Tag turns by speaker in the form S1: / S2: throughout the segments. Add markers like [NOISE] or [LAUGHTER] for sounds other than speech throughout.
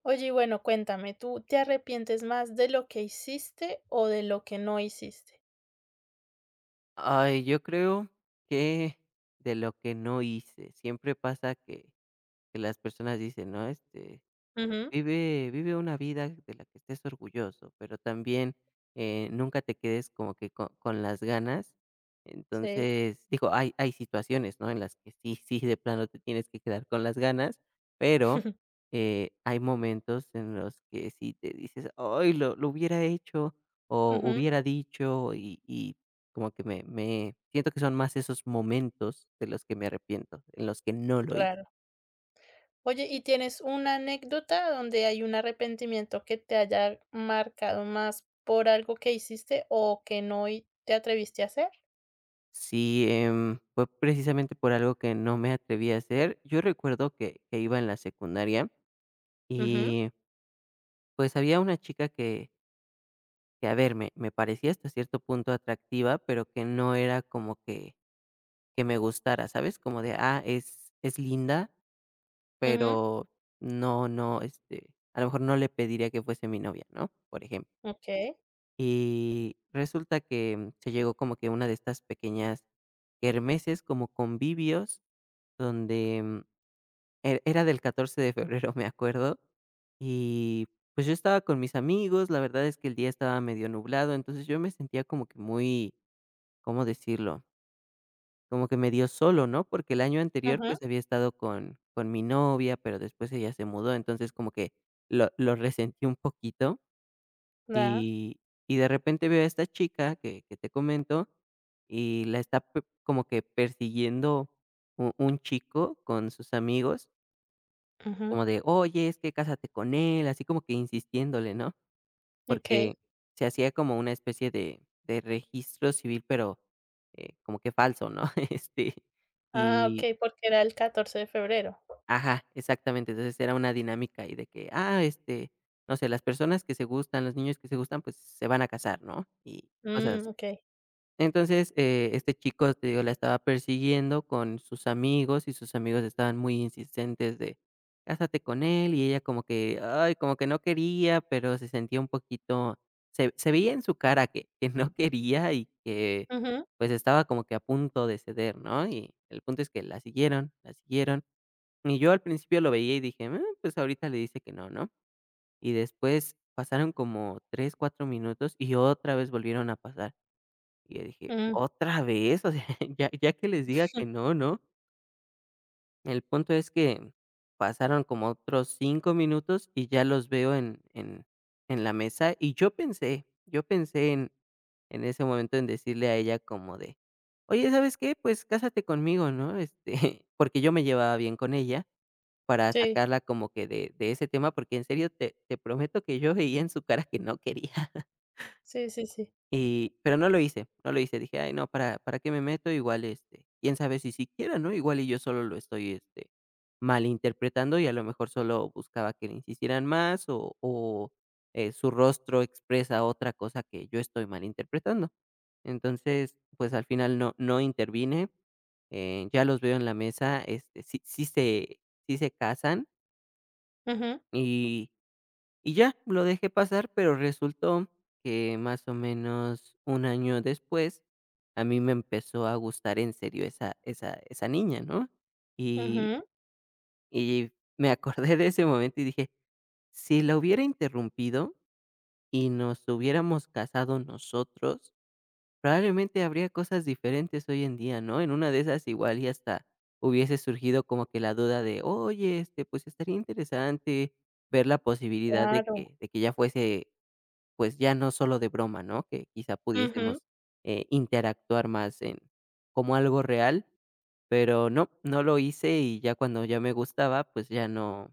S1: Oye, y bueno, cuéntame, ¿tú te arrepientes más de lo que hiciste o de lo que no hiciste?
S2: Ay, yo creo que de lo que no hice. Siempre pasa que las personas dicen, ¿no? Este,
S1: Ujú.
S2: vive una vida de la que estés orgulloso, pero también, nunca te quedes como que co con las ganas.
S1: Sí.
S2: Entonces, digo, hay situaciones, ¿no?, en las que sí, sí, de plano te tienes que quedar con las ganas, pero,
S1: [LAUGHS]
S2: hay momentos en los que sí te dices: "Ay, lo hubiera hecho o
S1: Ujú,
S2: hubiera dicho", y como que me siento que son más esos momentos de los que me arrepiento, en los que no lo hice.
S1: claro. Oye, ¿y tienes una anécdota donde hay un arrepentimiento que te haya marcado más por algo que hiciste o que no y te atreviste a hacer?
S2: Sí, fue precisamente por algo que no me atreví a hacer. Yo recuerdo que, iba en la secundaria
S1: Ujú.
S2: y, pues, había una chica que, a ver, me, parecía hasta cierto punto atractiva, pero que no era como que, me gustara, ¿sabes? Como de, ah, es, linda,
S1: Ujú,
S2: pero no, no, este, a lo mejor no le pediría que fuese mi novia, ¿no? Por ejemplo.
S1: okey.
S2: Y resulta que se llegó como que una de estas pequeñas kermeses, como convivios, donde era del 14 de febrero, [LAUGHS] me acuerdo, y, pues, yo estaba con mis amigos. La verdad es que el día estaba medio nublado, entonces yo me sentía como que muy, ¿cómo decirlo? Como que medio solo, ¿no? Porque el año anterior,
S1: Ajá,
S2: pues, había estado con mi novia, pero después ella se mudó, entonces como que lo resentí un poquito,
S1: da,
S2: y y de repente veo a esta chica que te comento, y la está p como que persiguiendo u un chico con sus amigos,
S1: ujú,
S2: como de: "Oye, es que cásate con él", así como que insistiéndole, ¿no? Porque
S1: okey.
S2: se hacía como una especie de registro civil, pero, como que falso, ¿no? [LAUGHS] Este,
S1: Ah,
S2: y
S1: okey, porque era el 14 de febrero.
S2: ajá, exactamente. Entonces, era una dinámica y de que, ah, este, no sé, las personas que se gustan, los niños que se gustan, pues, se van a casar, ¿no? Y cosas
S1: Mm,
S2: así.
S1: okey.
S2: Entonces, este chico, te digo, la estaba persiguiendo con sus amigos, y sus amigos estaban muy insistentes de cásate con él, y ella como que, ay, como que no quería, pero se sentía un poquito, se, veía en su cara que, no quería y que,
S1: Ujú,
S2: pues, estaba como que a punto de ceder, ¿no? Y el punto es que la siguieron, la siguieron. Y yo al principio lo veía y dije: "Mm, pues ahorita le dice que no, ¿no? Y después pasaron como 3, 4 minutos y otra vez volvieron a pasar. Y yo dije:
S1: mm,
S2: "¿Otra vez?". O sea, [LAUGHS] ya que les diga que no, ¿no? El punto es que pasaron como otros 5 minutos y ya los veo en la mesa, y yo pensé en ese momento en decirle a ella como de: "Oye, ¿sabes qué? Pues cásate conmigo", ¿no? Este, [LAUGHS] porque yo me llevaba bien con ella, para
S1: sí,
S2: sacarla como que de ese tema, porque en serio te prometo que yo veía en su cara que no quería.
S1: sí, sí, sí.
S2: Y pero no lo hice, no lo hice. Dije: "Ay, no, para qué me meto?". Igual, este, quién sabe si siquiera, ¿no? Igual y yo solo lo estoy, este, malinterpretando, y a lo mejor solo buscaba que le insistieran más, o, su rostro expresa otra cosa que yo estoy malinterpretando. Entonces, pues, al final no intervine, ya los veo en la mesa, este, sí se casan,
S1: Ujú,
S2: y y ya, lo dejé pasar, pero resultó que más o menos un año después, a mí me empezó a gustar en serio esa niña, ¿no? Y
S1: ujú.
S2: y me acordé de ese momento y dije: "Si la hubiera interrumpido y nos hubiéramos casado nosotros, probablemente habría cosas diferentes hoy en día", ¿no? En una de esas igual y hasta hubiese surgido como que la duda de: "Oye, este, pues estaría interesante ver la posibilidad de
S1: Claro.
S2: que ya fuese, pues, ya no solo de broma, ¿no? Que quizá
S1: Ujú.
S2: pudiésemos, interactuar más en como algo real, pero no, no lo hice y ya cuando ya me gustaba, pues,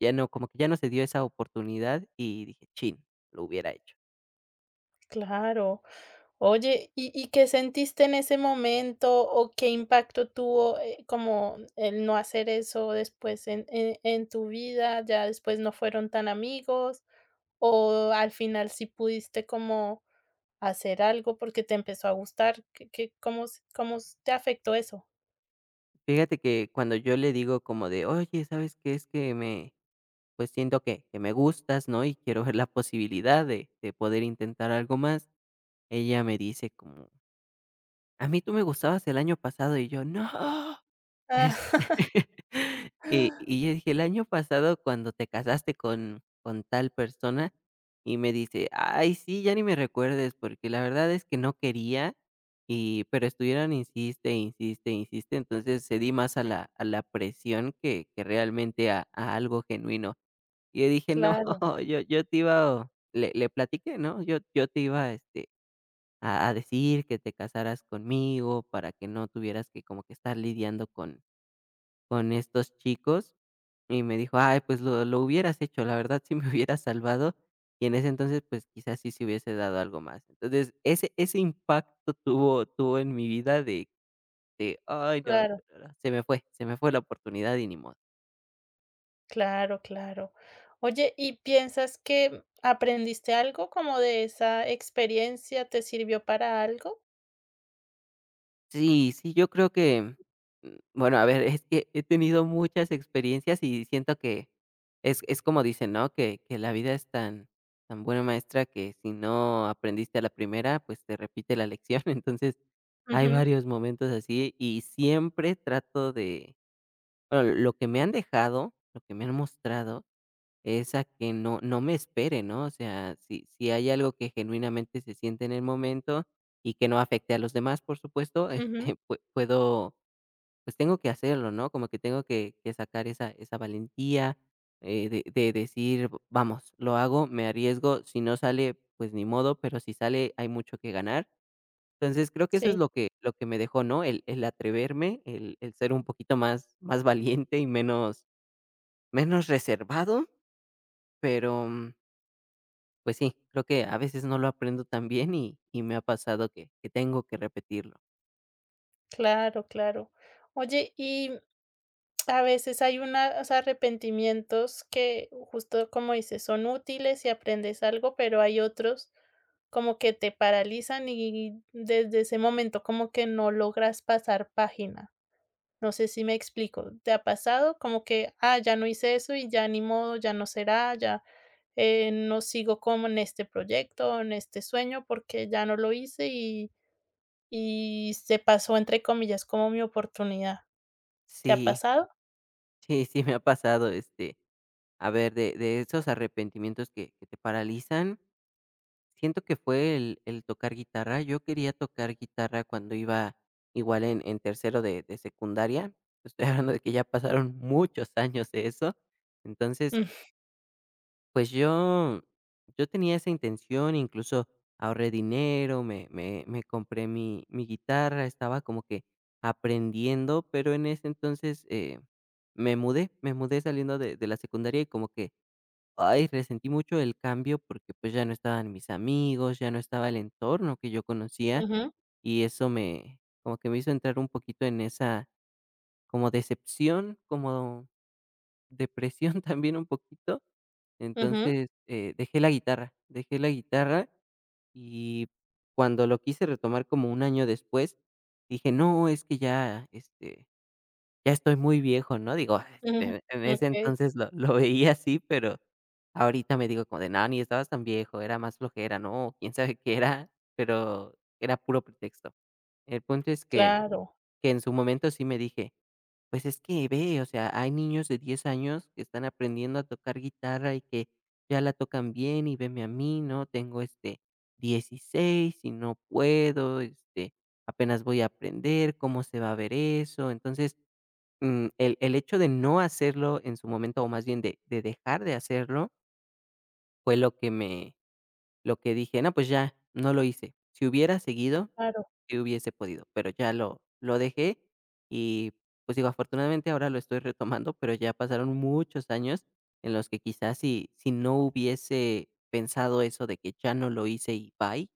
S2: ya no, como que ya no se dio esa oportunidad y dije: "Chin, lo hubiera hecho".
S1: claro. Oye, ¿y qué sentiste en ese momento o qué impacto tuvo, como el no hacer eso después en en tu vida? ¿Ya después no fueron tan amigos o al final sí pudiste como hacer algo porque te empezó a gustar? ¿Qué cómo s te afectó eso?
S2: Fíjate que cuando yo le digo como de: "Oye, ¿sabes qué? Es que me, pues, siento que me gustas, ¿no? Y quiero ver la posibilidad de poder intentar algo más". Ella me dice como: "A mí tú me gustabas el año pasado", y yo: "No".
S1: Ah,
S2: Este,
S1: [LAUGHS]
S2: [LAUGHS] y yo dije: "El año pasado cuando te casaste con tal persona", y me dice: "Ay, sí, ya ni me recuerdes, porque la verdad es que no quería", y pero estuvieron insiste, insiste, insiste, entonces cedí más a la presión que realmente a algo genuino. Y yo dije: "No,
S1: claro,
S2: [LAUGHS] yo te iba" le platiqué, ¿no?, "Yo te iba, este, a decir que te casaras conmigo para que no tuvieras que como que estar lidiando con estos chicos", y me dijo: "Ay, pues lo hubieras hecho, la verdad sí me [LAUGHS] hubieras salvado", y en ese entonces, pues, quizás sí se hubiese dado algo más. Entonces, ese impacto tuvo en mi vida de: "Ay, no, no,
S1: claro.
S2: no, no, se me fue la oportunidad y ni modo".
S1: Claro, claro. Oye, ¿y piensas que aprendiste algo como de esa experiencia? ¿Te sirvió para algo?
S2: Sí, sí, yo creo que, mm, bueno, a ver, es que he tenido muchas experiencias y siento que es como dicen, ¿no? Que la vida es tan buena maestra que si no aprendiste a la primera, pues te repite la lección. [LAUGHS] Entonces, hay
S1: Ujú,
S2: varios momentos así y siempre trato de, bueno, lo que me han dejado, lo que me han mostrado es a que no me espere, ¿no? O sea, si hay algo que genuinamente se siente en el momento y que no afecte a los demás, por supuesto, [LAUGHS]
S1: ujú,
S2: este, puedo, pues, tengo que hacerlo, ¿no? Como que tengo que sacar esa valentía, de decir: Vamos, lo hago, me arriesgo, si no sale, pues, ni modo, pero si sale, hay mucho que ganar". Entonces, creo que eso es
S1: sí,
S2: lo que me dejó, ¿no? El atreverme, el ser un poquito más valiente y menos reservado, pero mm, pues sí, creo que a veces no lo aprendo tan bien y me ha pasado que tengo que repetirlo.
S1: claro, claro. Oye, y a veces hay unos arrepentimientos que, justo como dices, son útiles y aprendes algo, pero hay otros como que te paralizan y desde ese momento como que no logras pasar página. No sé si me explico. ¿Te ha pasado? Como que, ah, ya no hice eso y ya ni modo, ya no será, ya no sigo como en este proyecto, en este sueño, porque ya no lo hice y se pasó, entre comillas, como mi oportunidad. ¿Te ha
S2: Sí,
S1: pasado?
S2: sí, sí, me ha pasado, este, a ver, de esos arrepentimientos que te paralizan, siento que fue el tocar guitarra. Yo quería tocar guitarra cuando iba igual en tercero de secundaria. Estoy [LAUGHS] hablando de que ya pasaron muchos años de eso. Entonces,
S1: Mm,
S2: pues, yo tenía esa intención, incluso ahorré dinero, me compré mi guitarra, estaba como que aprendiendo, pero en ese entonces, me mudé saliendo de la secundaria y como que, ay, resentí mucho el cambio porque, pues, ya no estaban mis amigos, ya no estaba el entorno que yo conocía,
S1: ujú,
S2: y eso me como que me hizo entrar un poquito en esa como decepción, como depresión [LAUGHS] también un poquito.
S1: ujú.
S2: Entonces, dejé la guitarra y cuando lo quise retomar como un año después, dije: "No, es que ya, este, ya estoy muy viejo", ¿no? Digo, [LAUGHS]
S1: Ujú.
S2: en ese
S1: Okey,
S2: entonces lo veía así, pero ahorita me digo como de: "No, ni estabas tan viejo, era más flojera, ¿no? Quién sabe qué era", pero era puro pretexto. El punto es que
S1: claro,
S2: que en su momento sí me dije, pues, es que ve, o sea, hay niños de 10 años que están aprendiendo a tocar guitarra y que ya la tocan bien y veme a mí, ¿no? Tengo este 16 y no puedo, este, apenas voy a aprender, ¿cómo se va a ver eso? Entonces, mm, el, hecho de no hacerlo en su momento, o más bien de, dejar de hacerlo, fue lo que me, lo que dije: no, pues ya, no lo hice. Si hubiera seguido,
S1: claro.
S2: sí hubiese podido, pero ya lo dejé y, pues, digo, afortunadamente ahora lo estoy retomando, pero ya pasaron muchos años en los que quizás si no hubiese pensado eso de que ya no lo hice y bye,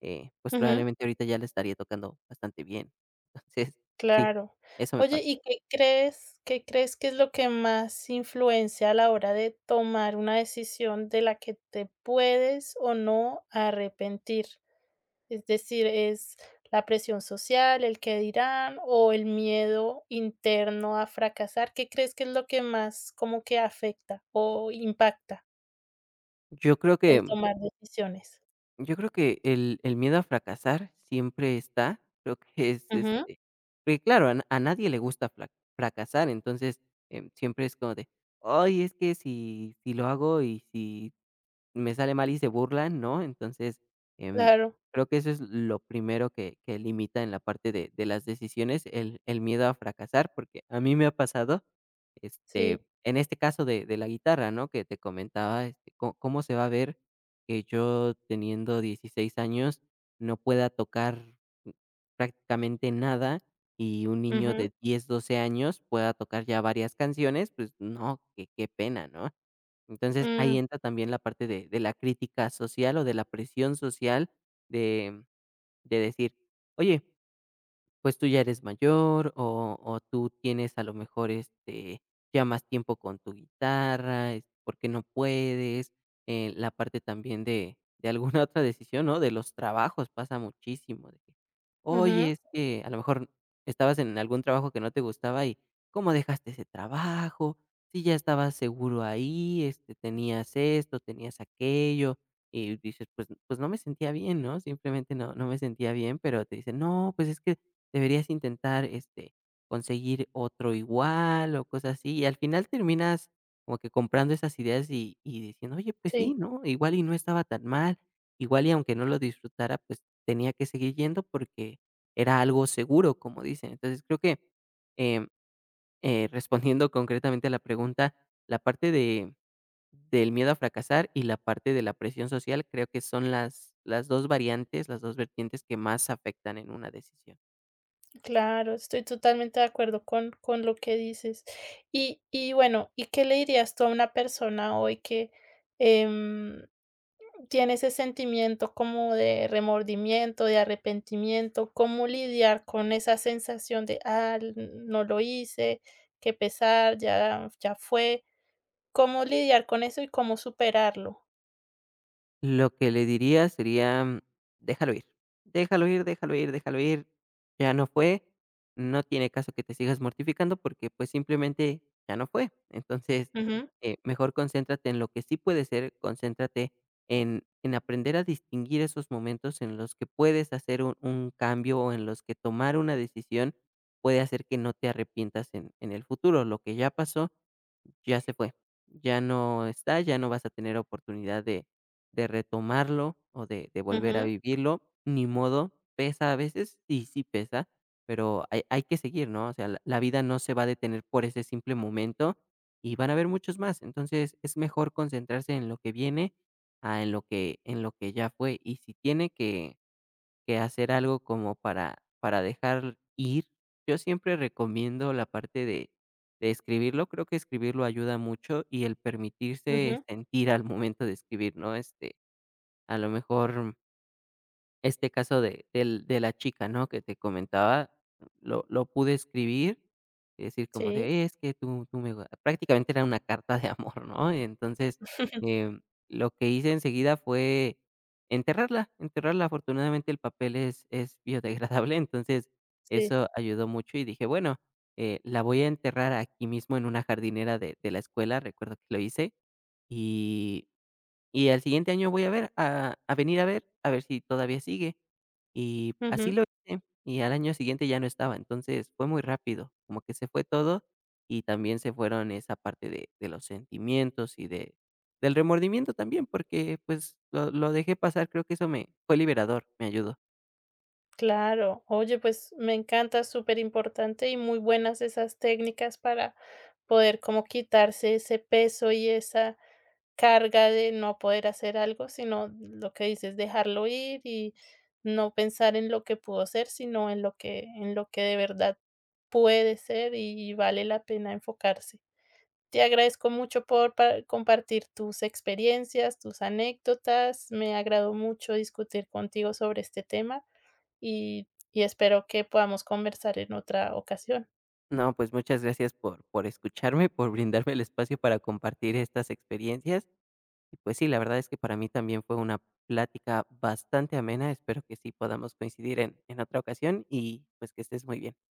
S2: pues,
S1: Ujú,
S2: probablemente ahorita ya le estaría tocando bastante bien. [LAUGHS] Entonces, sí,
S1: claro.
S2: eso me
S1: Oye,
S2: pasa.
S1: ¿y qué crees que es lo que más influencia a la hora de tomar una decisión de la que te puedes o no arrepentir? Es decir, ¿es la presión social, el que dirán o el miedo interno a fracasar? ¿Qué crees que es lo que más como que afecta o impacta
S2: Yo creo que
S1: el tomar decisiones?
S2: Yo creo que el miedo a fracasar siempre está, [LAUGHS] creo que es,
S1: Ujú,
S2: este, porque claro, a nadie le gusta fla fracasar, entonces, siempre es como de: "Ay, es que si lo hago y si me sale mal y se burlan, ¿no? Entonces, em,
S1: claro,
S2: creo que eso es lo primero que limita en la parte de las decisiones, el miedo a fracasar, porque a mí me ha pasado,
S1: sí.
S2: este, en este caso de la guitarra, ¿no? Que te comentaba, co cómo se va a ver que yo teniendo 16 años no pueda tocar prácticamente nada y un niño
S1: Ujú,
S2: de 10 12 años pueda tocar ya varias canciones, pues no, qué pena, ¿no? Entonces, ahí
S1: mm,
S2: entra también la parte de la crítica social o de la presión social de de decir: "Oye, pues tú ya eres mayor o tú tienes a lo mejor ya más tiempo con tu guitarra, ¿por qué no puedes?". La parte también de alguna [LAUGHS] otra decisión, ¿no? De los trabajos pasa muchísimo. De que, oye,
S1: ujú.
S2: es que a lo mejor estabas en algún trabajo que no te gustaba y ¿cómo dejaste ese trabajo? Si ya estabas seguro ahí, tenías esto, tenías aquello, y dices, pues, pues no me sentía bien, ¿no? Simplemente no, no me sentía bien, pero te dicen, no, pues es que deberías intentar, conseguir otro igual o cosas así, y al final terminas como que comprando esas ideas y diciendo: "Oye, pues sí,
S1: Sí,
S2: ¿no? Igual y no estaba tan mal, igual y aunque no lo disfrutara, pues tenía que seguir yendo porque era algo seguro", como dicen. Entonces, creo que, em, respondiendo concretamente a la pregunta, la parte de del miedo a fracasar y la parte de la presión social, creo que son las 2 variantes, las 2 vertientes que más afectan en una decisión.
S1: claro, estoy totalmente de acuerdo con, lo que dices. Y bueno, ¿y qué le dirías tú a una persona hoy que em, tiene ese sentimiento como de remordimiento, de arrepentimiento? ¿Cómo lidiar con esa sensación de, no lo hice, qué pesar, ya, ya fue? ¿Cómo lidiar con eso y cómo superarlo?
S2: Lo que le diría sería: mm, "Déjalo ir, déjalo ir, déjalo ir, déjalo ir, ya no fue, no tiene caso que te sigas mortificando porque, pues, simplemente ya no fue". Entonces,
S1: Ujú,
S2: mejor concéntrate en lo que sí puede ser, concéntrate en aprender a distinguir esos momentos en los que puedes hacer un cambio o en los que tomar una decisión puede hacer que no te arrepientas en el futuro. Lo que ya pasó ya se fue, ya no está, ya no vas a tener oportunidad de retomarlo o de volver a
S1: ujú,
S2: vivirlo, ni modo, pesa a veces, y sí pesa, pero hay que seguir, ¿no? O sea, la vida no se va a detener por ese simple momento y van a haber muchos más. Entonces, es mejor concentrarse en lo que viene a en lo que ya fue, y si tiene que hacer algo como para dejar ir. Yo siempre recomiendo la parte de escribirlo, creo que escribirlo ayuda mucho y el permitirse
S1: ujú,
S2: sentir al momento de escribir, ¿no? A lo mejor este caso de del de la chica, ¿no?, que te comentaba, lo pude escribir y decir como
S1: sí,
S2: de: "Es que tú me gua", prácticamente era una carta de amor, ¿no? Entonces,
S1: [LAUGHS]
S2: em, lo que hice enseguida fue enterrarla, enterrarla. Afortunadamente, el papel es biodegradable, entonces
S1: sí.
S2: eso ayudó mucho y dije: "Bueno, la voy a enterrar aquí mismo en una jardinera de la escuela", recuerdo que lo hice, y y al siguiente año voy a ver a venir a ver si todavía sigue. Y así
S1: Ujú.
S2: lo hice, y al año siguiente ya no estaba. Entonces, fue muy rápido, como que se fue todo, y también se fueron esa parte de los sentimientos y de del remordimiento también, porque, pues, lo dejé pasar, creo que eso me fue liberador, me ayudó.
S1: Claro, oye, pues me encanta, súper importante y muy buenas esas técnicas para poder como quitarse ese peso y esa carga de no poder hacer algo, sino lo que dices, dejarlo ir y no pensar en lo que pudo ser, sino en lo que de verdad puede ser y vale la pena enfocarse. Te agradezco mucho por compartir tus experiencias, tus anécdotas. Me agradó mucho discutir contigo sobre este tema y, espero que podamos conversar en otra ocasión.
S2: No, pues, muchas gracias por escucharme, por brindarme el espacio para compartir estas experiencias. Y pues sí, la verdad es que para mí también fue una plática bastante amena. Espero que sí podamos coincidir en otra ocasión y pues que estés muy bien.